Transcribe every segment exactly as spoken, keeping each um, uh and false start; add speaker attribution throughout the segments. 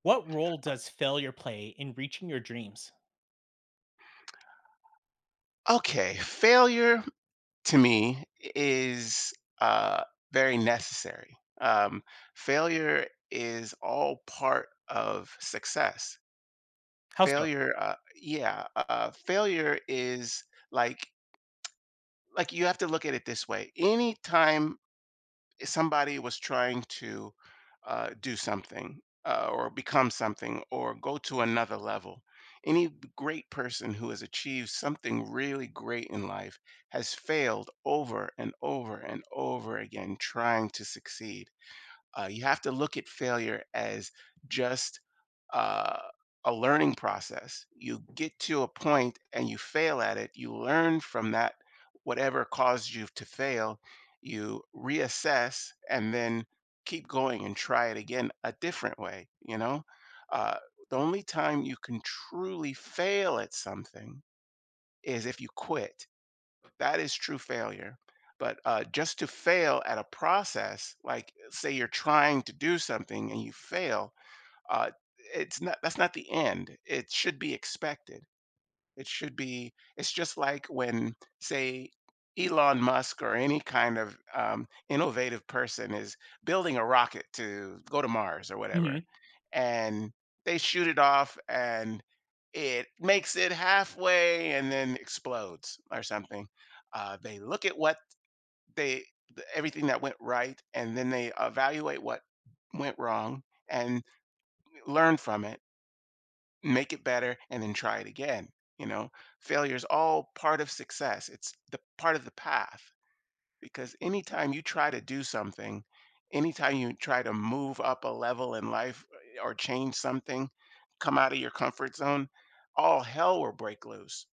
Speaker 1: What role does failure play in reaching your dreams?
Speaker 2: Okay, failure to me is uh, very necessary. Um, failure is all part of success.
Speaker 1: How so?
Speaker 2: Failure, uh, yeah, uh, failure is like like you have to look at it this way. Anytime somebody was trying to uh, do something uh, or become something or go to another level. Any great person who has achieved something really great in life has failed over and over and over again trying to succeed. Uh, you have to look at failure as just uh, a learning process. You get to a point and you fail at it. You learn from that, whatever caused you to fail. You reassess and then keep going and try it again a different way. You know, uh, the only time you can truly fail at something is if you quit. That is true failure. But uh, just to fail at a process, like say you're trying to do something and you fail, uh, it's not that's not the end. It should be expected. It should be It's just like when, say, Elon Musk or any kind of, um, innovative person is building a rocket to go to Mars or whatever,
Speaker 1: Mhm.
Speaker 2: and they shoot it off, and it makes it halfway and then explodes or something. Uh, they look at what they the everything that went right, and then they evaluate what went wrong and learn from it, make it better and then try it again. you know Failure is all part of success. It's the part of the path, because anytime you try to do something, anytime you try to move up a level in life, eh, or change something, come out of your comfort zone, all hell will break loose.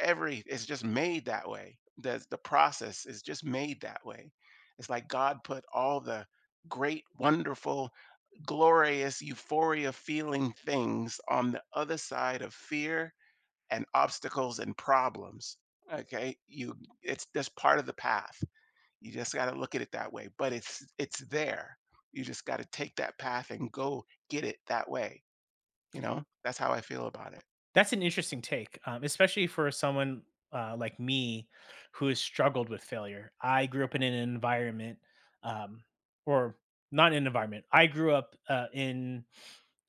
Speaker 2: Every It's just made that way. The the process is just made that way. It's like God put all the great, wonderful, glorious euphoria feeling things on the other side of fear and obstacles and problems. Okay? You It's just part of the path. You just got to look at it that way, but it's it's there. You just got to take that path and go get it that way, you know? That's how I feel about it.
Speaker 1: That's an interesting take, um, especially for someone uh, like me who has struggled with failure. I grew up in an environment, um, or not an environment. I grew up uh, in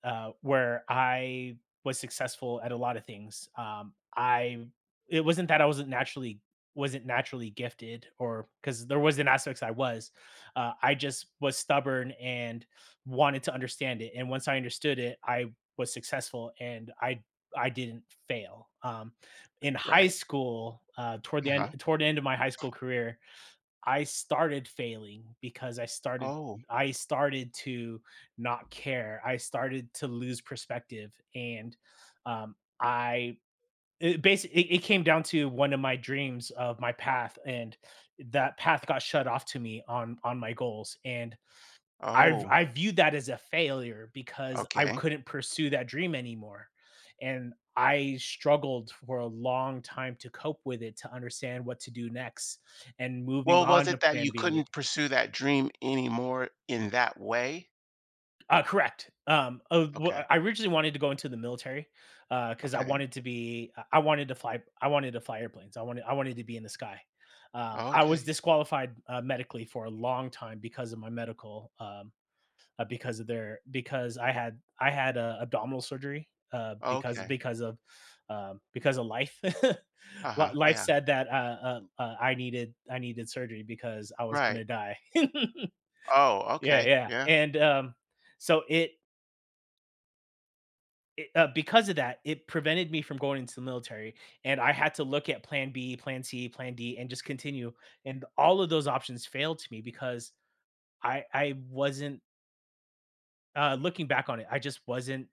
Speaker 1: uh, where I was successful at a lot of things. Um, I it wasn't that I wasn't naturally wasn't naturally gifted, or because there wasn't aspects I was. Uh, I just was stubborn and wanted to understand it. And once I understood it, I was successful, and I I didn't fail. Um, in high
Speaker 2: Right.
Speaker 1: school, uh, toward the end
Speaker 2: Uh-huh.
Speaker 1: toward the end of my high school career, I started failing because I started
Speaker 2: Oh,
Speaker 1: I started to not care. I started to lose perspective, and um, I it basically it, it came down to one of my dreams of my path, and that path got shut off to me on on my goals, and I've
Speaker 2: oh,
Speaker 1: I viewed that as a failure because I
Speaker 2: okay.
Speaker 1: couldn't pursue that dream anymore, and I struggled for a long time to cope with it, to understand what to do next, and moving
Speaker 2: Well, was
Speaker 1: on to
Speaker 2: it that you
Speaker 1: plan B.
Speaker 2: couldn't pursue that dream anymore in that way?
Speaker 1: Uh, correct. Um, uh, w
Speaker 2: Okay.
Speaker 1: I originally wanted to go into the military, because I
Speaker 2: Okay.
Speaker 1: wanted to be I I wanted to fly I wanted to fly airplanes. I wanted I wanted to be in the sky. Uh, I was
Speaker 2: Okay.
Speaker 1: disqualified, uh, medically for a long time because of my medical, um, uh, because of their because I had I had, uh, abdominal surgery, uh, because
Speaker 2: Okay.
Speaker 1: because of, um, because of life. Li
Speaker 2: Uh-huh.
Speaker 1: life
Speaker 2: Yeah.
Speaker 1: said that, uh, uh, uh, I needed I needed surgery because I was
Speaker 2: Right.
Speaker 1: gonna die.
Speaker 2: Oh,
Speaker 1: Yeah,
Speaker 2: okay.
Speaker 1: yeah,
Speaker 2: Yeah.
Speaker 1: and, um, so it it, uh, because of that, it prevented me from going into the military, and I had to look at plan B, plan C, plan D, and just continue, and all of those options failed to me because I I wasn't, uh, looking back on it, I just wasn't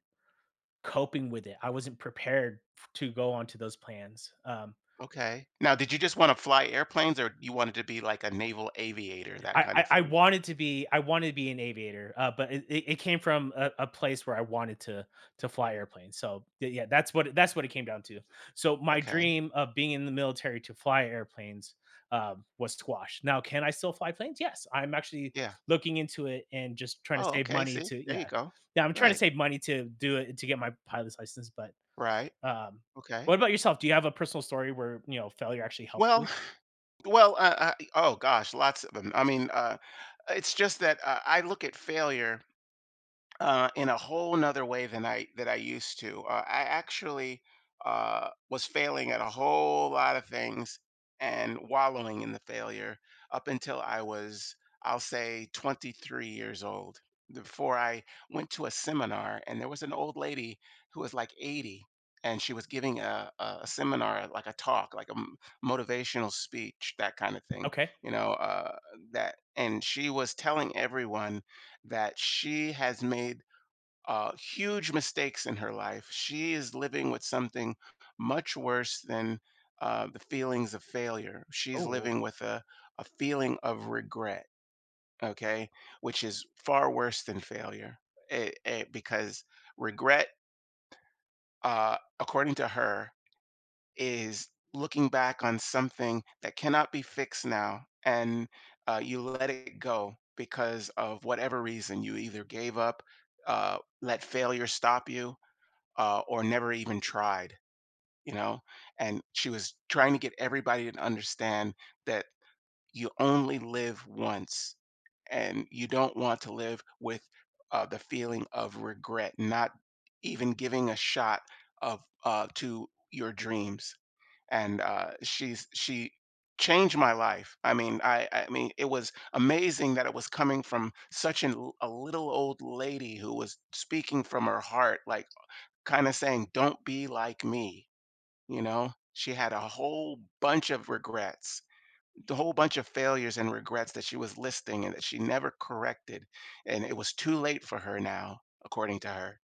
Speaker 1: coping with it. I wasn't prepared f to go onto those plans. Um,
Speaker 2: Okay. Now, did you just want to fly airplanes or you wanted to be like a naval aviator, that
Speaker 1: I
Speaker 2: kind
Speaker 1: I
Speaker 2: of
Speaker 1: I
Speaker 2: thing?
Speaker 1: wanted to be I wanted to be an aviator, uh, but it it it came from a a place where I wanted to to fly airplanes. So, y yeah, that's what that's what it came down to. So, my
Speaker 2: Okay.
Speaker 1: dream of being in the military to fly airplanes, um, was squashed. Now, can I still fly planes? Yes, I'm actually
Speaker 2: Yeah.
Speaker 1: looking into it and just trying to
Speaker 2: Oh,
Speaker 1: save
Speaker 2: okay.
Speaker 1: money
Speaker 2: See,
Speaker 1: to
Speaker 2: there
Speaker 1: yeah.
Speaker 2: you go.
Speaker 1: Yeah, I'm trying to
Speaker 2: Right.
Speaker 1: save money to do it to get my pilot's license, but
Speaker 2: Right.
Speaker 1: Um, what
Speaker 2: Okay.
Speaker 1: about yourself? Do you have a personal story where, you know, failure actually helped you?
Speaker 2: Well well, uh, uh, oh gosh, lots of them. I mean, uh, it's just that, uh, I look at failure uh, in a whole nother way than I that I used to. Uh, I actually uh, was failing at a whole lot of things and wallowing in the failure up until I was, I'll say, twenty-three years old. Before I went to a seminar, and there was an old lady who was like eighty, and she was giving a, a a seminar, like a talk, like a m- motivational speech, that kind of thing,
Speaker 1: Okay.
Speaker 2: you know. Uh, that, and she was telling everyone that she has made uh, huge mistakes in her life. She is living with something much worse than uh, the feelings of failure. She's
Speaker 1: Oh,
Speaker 2: living with a, a feeling of regret, okay, which is far worse than failure. It, it- because regret, uh, according to her, is looking back on something that cannot be fixed now, and uh, you let it go because of whatever reason. You either gave up, uh, let failure stop you, uh, or never even tried, you know? And she was trying to get everybody to understand that you only live once and you don't want to live with uh, the feeling of regret, not even giving a shot of uh, to your dreams. And uh, she's she changed my life. I mean, I I mean, it was amazing that it was coming from such an, l- a little old lady who was speaking from her heart, like kinda saying, "Don't be like me," you know? She had a whole bunch of regrets, the whole bunch of failures and regrets that she was listing and that she never corrected, and it was too late for her now, according to her,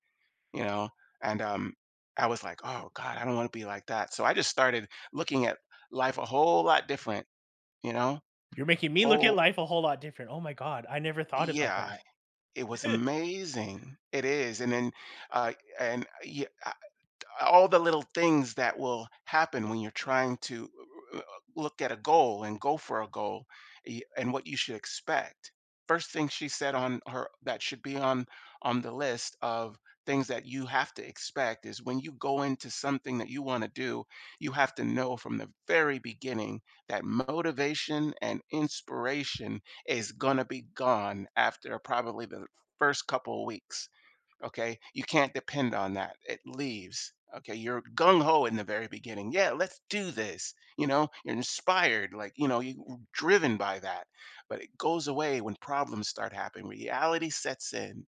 Speaker 2: you know? And, um, I was like, "Oh god, I don't wanna be like that." So I just started looking at life a whole lot different, you know?
Speaker 1: you're making me look at
Speaker 2: Whole
Speaker 1: life a whole lot different. Oh my god, I never thought about
Speaker 2: yeah,
Speaker 1: that.
Speaker 2: it was amazing. It is, and then, uh, and, yeah, all the little things that will happen when you're trying to uh, uh, look at a goal and go for a goal, y- and what you should expect. First thing she said on her that should be on on the list of things that you have to expect is when you go into something that you want to do, you have to know from the very beginning that motivation and inspiration is going to be gone after probably the first couple of weeks. Okay, you can't depend on that, it leaves. Okay, you're gung-ho in the very beginning. Yeah, let's do this, you know, you're inspired. Like, you know, you're driven by that, but it goes away when problems start happening, reality sets in,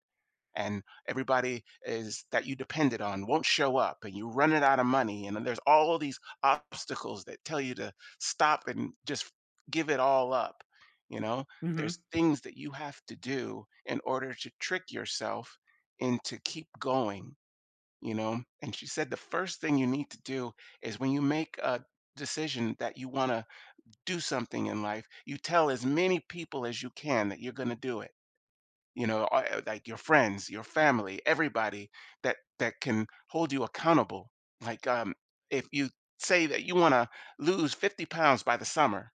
Speaker 2: and everybody is that you depended on won't show up, and you're running out of money, and then there's all these obstacles that tell you to stop and just give it all up, you know.
Speaker 1: Mhm,
Speaker 2: There's things that you have to do in order to trick yourself into keep going, you know. And she said the first thing you need to do is when you make a decision that you want to do something in life, you tell as many people as you can that you're going to do it, you know, uh, like your friends, your family, everybody that that can hold you accountable. Like, um, if you say that you want to lose fifty pounds by the summer,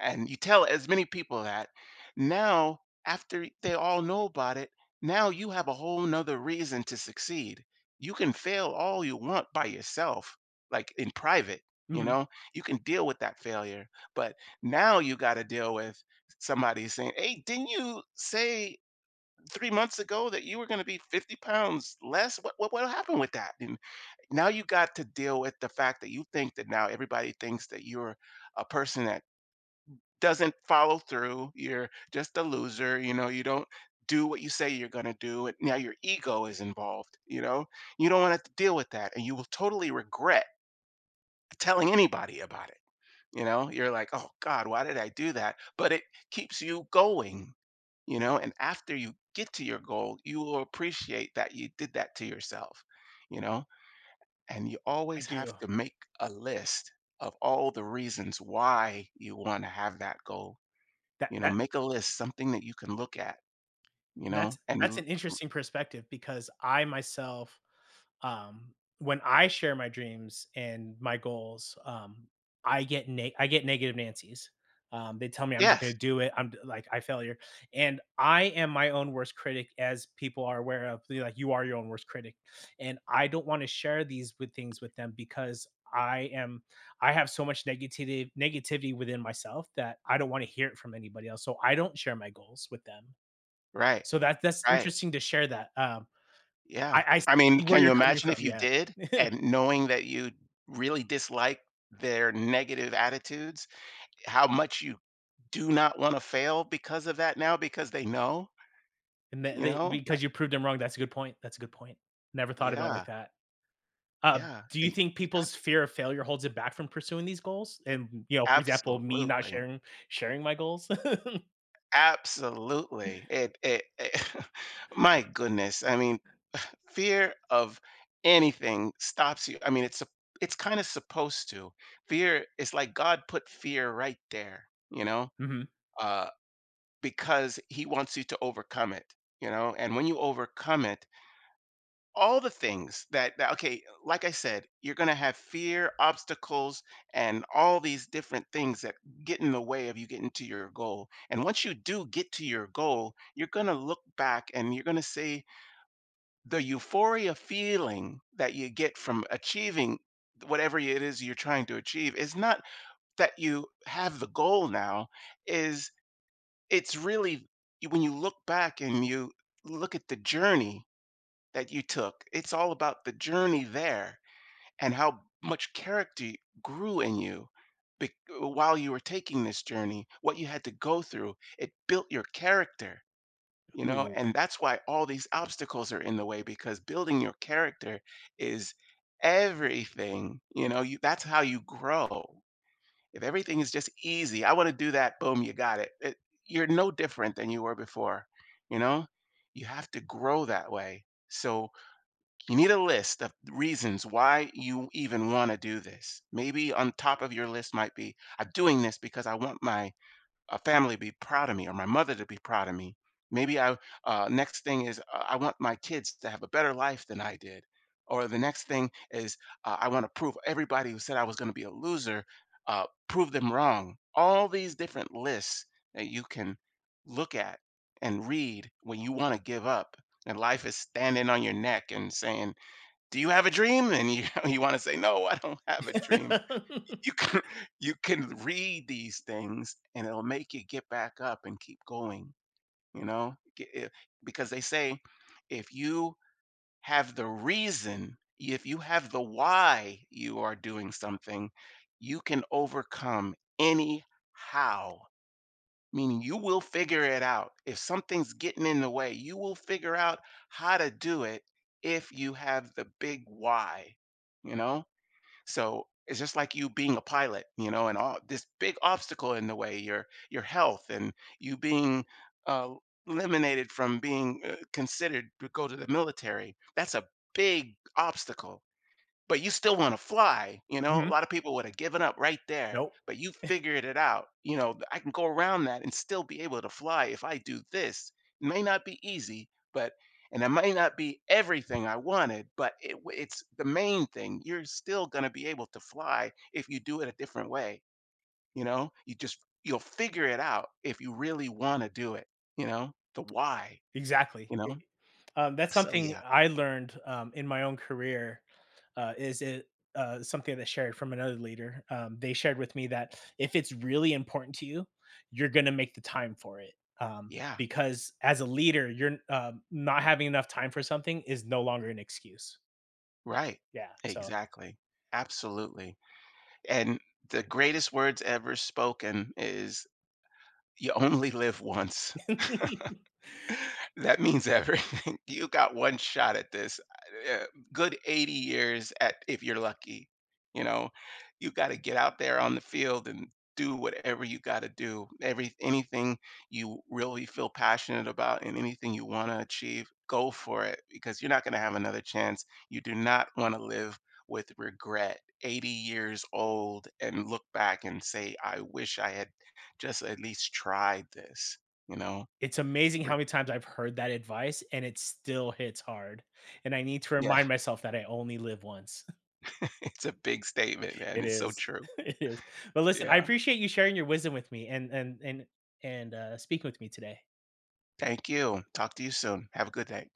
Speaker 2: and you tell as many people that, now after they all know about it, now you have a whole nother reason to succeed. You can fail all you want by yourself, like in private. You
Speaker 1: mhm.
Speaker 2: know, you can deal with that failure, but now you got to deal with somebody saying, "Hey, didn't you say three months ago that you were going to be fifty pounds less. What, what what happened with that?" And now you got to deal with the fact that you think that now everybody thinks that you're a person that doesn't follow through. You're just a loser. You know, you don't do what you say you're going to do. And now your ego is involved. You know, you don't want to deal with that. And you will totally regret telling anybody about it. You know, you're like, "Oh god, why did I do that?" But it keeps you going, you know, and after you get to your goal, you will appreciate that you did that to yourself, you know, and you
Speaker 1: I
Speaker 2: always
Speaker 1: do.
Speaker 2: have to make a list of all the reasons why you want to have that goal. You know,
Speaker 1: That
Speaker 2: make a list, something that you can look at, you
Speaker 1: And
Speaker 2: know,
Speaker 1: that's
Speaker 2: and
Speaker 1: that's
Speaker 2: l
Speaker 1: an interesting perspective because I myself, um, when I share my dreams and my goals, um, I get neg I get negative Nancy's. Um, they tell me I'm not
Speaker 2: yes,
Speaker 1: gonna do it. I'm d- like I failure, and I am my own worst critic, as people are aware of. They're like you are your own worst critic, and I don't want to share these with things with them because I am I have so much negative negativity within myself that I don't want to hear it from anybody else. So I don't share my goals with them
Speaker 2: right,
Speaker 1: so that that's
Speaker 2: right,
Speaker 1: interesting to share that. Um,
Speaker 2: yeah.
Speaker 1: I I
Speaker 2: I mean,
Speaker 1: see where
Speaker 2: can you
Speaker 1: you're coming
Speaker 2: imagine if
Speaker 1: from,
Speaker 2: you
Speaker 1: yeah.
Speaker 2: did and knowing that you really dislike their negative attitudes? How much you do not wanna fail because of that now, because they know,
Speaker 1: And that
Speaker 2: you
Speaker 1: they
Speaker 2: know? I
Speaker 1: because you proved them wrong, that's a good point, that's a good point. Never thought about it
Speaker 2: Yeah,
Speaker 1: like that. Uh,
Speaker 2: yeah,
Speaker 1: do you
Speaker 2: and
Speaker 1: think
Speaker 2: you got
Speaker 1: people's fear of failure holds it back from pursuing these goals? And, you know, for example, me not
Speaker 2: absolutely,
Speaker 1: sharing sharing my goals?
Speaker 2: absolutely. It it it my goodness, I mean, fear of anything stops you. I mean, it's a, it's kinda supposed to. Fear, it's like God put fear right there, you know,
Speaker 1: Mhm.
Speaker 2: uh, because He wants you to overcome it, you know, and when you overcome it, all the things that, that, okay, like I said, you're going to have fear, obstacles and all these different things that get in the way of you getting to your goal. And once you do get to your goal, you're going to look back and you're going to say the euphoria feeling that you get from achieving whatever it is you're trying to achieve is not that you have the goal now, is, it's really when you look back and you look at the journey that you took. It's all about the journey there and how much character grew in you bec- while you were taking this journey, what you had to go through. It built your character, you know,
Speaker 1: Ooh.
Speaker 2: and that's why all these obstacles are in the way, because building your character is everything. You know, you, that's how you grow. If everything is just easy, I want to do that, boom, you got it. it. You're no different than you were before, you know? You have to grow that way. So, you need a list of reasons why you even want to do this. Maybe on top of your list might be, I'm doing this because I want my uh, family to be proud of me, or my mother to be proud of me. Maybe I, uh, Next thing is, uh, I want my kids to have a better life than I did. Or the next thing is, uh, I want to prove everybody who said I was going to be a loser, uh, prove them wrong. All these different lists that you can look at and read when you want to give up and life is standing on your neck and saying, do you have a dream? And you you want to say, no, I don't have a dream. You can you can read these things, and it'll make you get back up and keep going. You know, Get- it- because they say if you have the reason, if you have the why you are doing something, you can overcome any how, meaning you will figure it out. If something's getting in the way, you will figure out how to do it if you have the big why, you know? So it's just like you being a pilot, you know, and all this big obstacle in the way, your your health and you being uh, eliminated from being uh, considered to go to the military. That's a big obstacle, but you still want to fly. You know, a
Speaker 1: Mhm.
Speaker 2: lot of people would have given up right there,
Speaker 1: Nope.
Speaker 2: but you figured it out. You know, I can go around that and still be able to fly if I do this. It may not be easy, but and it may not be everything I wanted, but it, w- it's the main thing. You're still going to be able to fly if you do it a different way. You know, you just you'll figure it out if you really want to do it. You know, the why.
Speaker 1: Exactly.
Speaker 2: You
Speaker 1: It
Speaker 2: know,
Speaker 1: um, that's
Speaker 2: so
Speaker 1: something
Speaker 2: yeah,
Speaker 1: I learned, um, in my own career, uh, is it uh, something that shared from another leader. Um, they shared with me that if it's really important to you, you're gonna make the time for it, um,
Speaker 2: yeah,
Speaker 1: because as a leader, you're um, not having enough time for something is no longer an excuse.
Speaker 2: right,
Speaker 1: Yeah, so
Speaker 2: exactly, absolutely. And the greatest words ever spoken is you only live once. That means everything. You got one shot at this. Uh, Good eighty years at if you're lucky. You know, you got to get out there on the field and do whatever you got to do. Every Anything you really feel passionate about and anything you want to achieve, go for it because you're not going to have another chance. You do not want to live with regret. eighty years old and look back and say, "I wish I had just at least tried this." You know,
Speaker 1: it's amazing
Speaker 2: Re-
Speaker 1: how many times I've heard that advice, and it still hits hard, and I need to
Speaker 2: yeah,
Speaker 1: remind myself that I only live once.
Speaker 2: it's a big statement, man.
Speaker 1: It
Speaker 2: It's so
Speaker 1: is.
Speaker 2: true.
Speaker 1: It is. But listen, I
Speaker 2: Yeah.
Speaker 1: appreciate you sharing your wisdom with me and and and and, uh, speaking with me today.
Speaker 2: Thank you. Talk to you soon. Have a good day.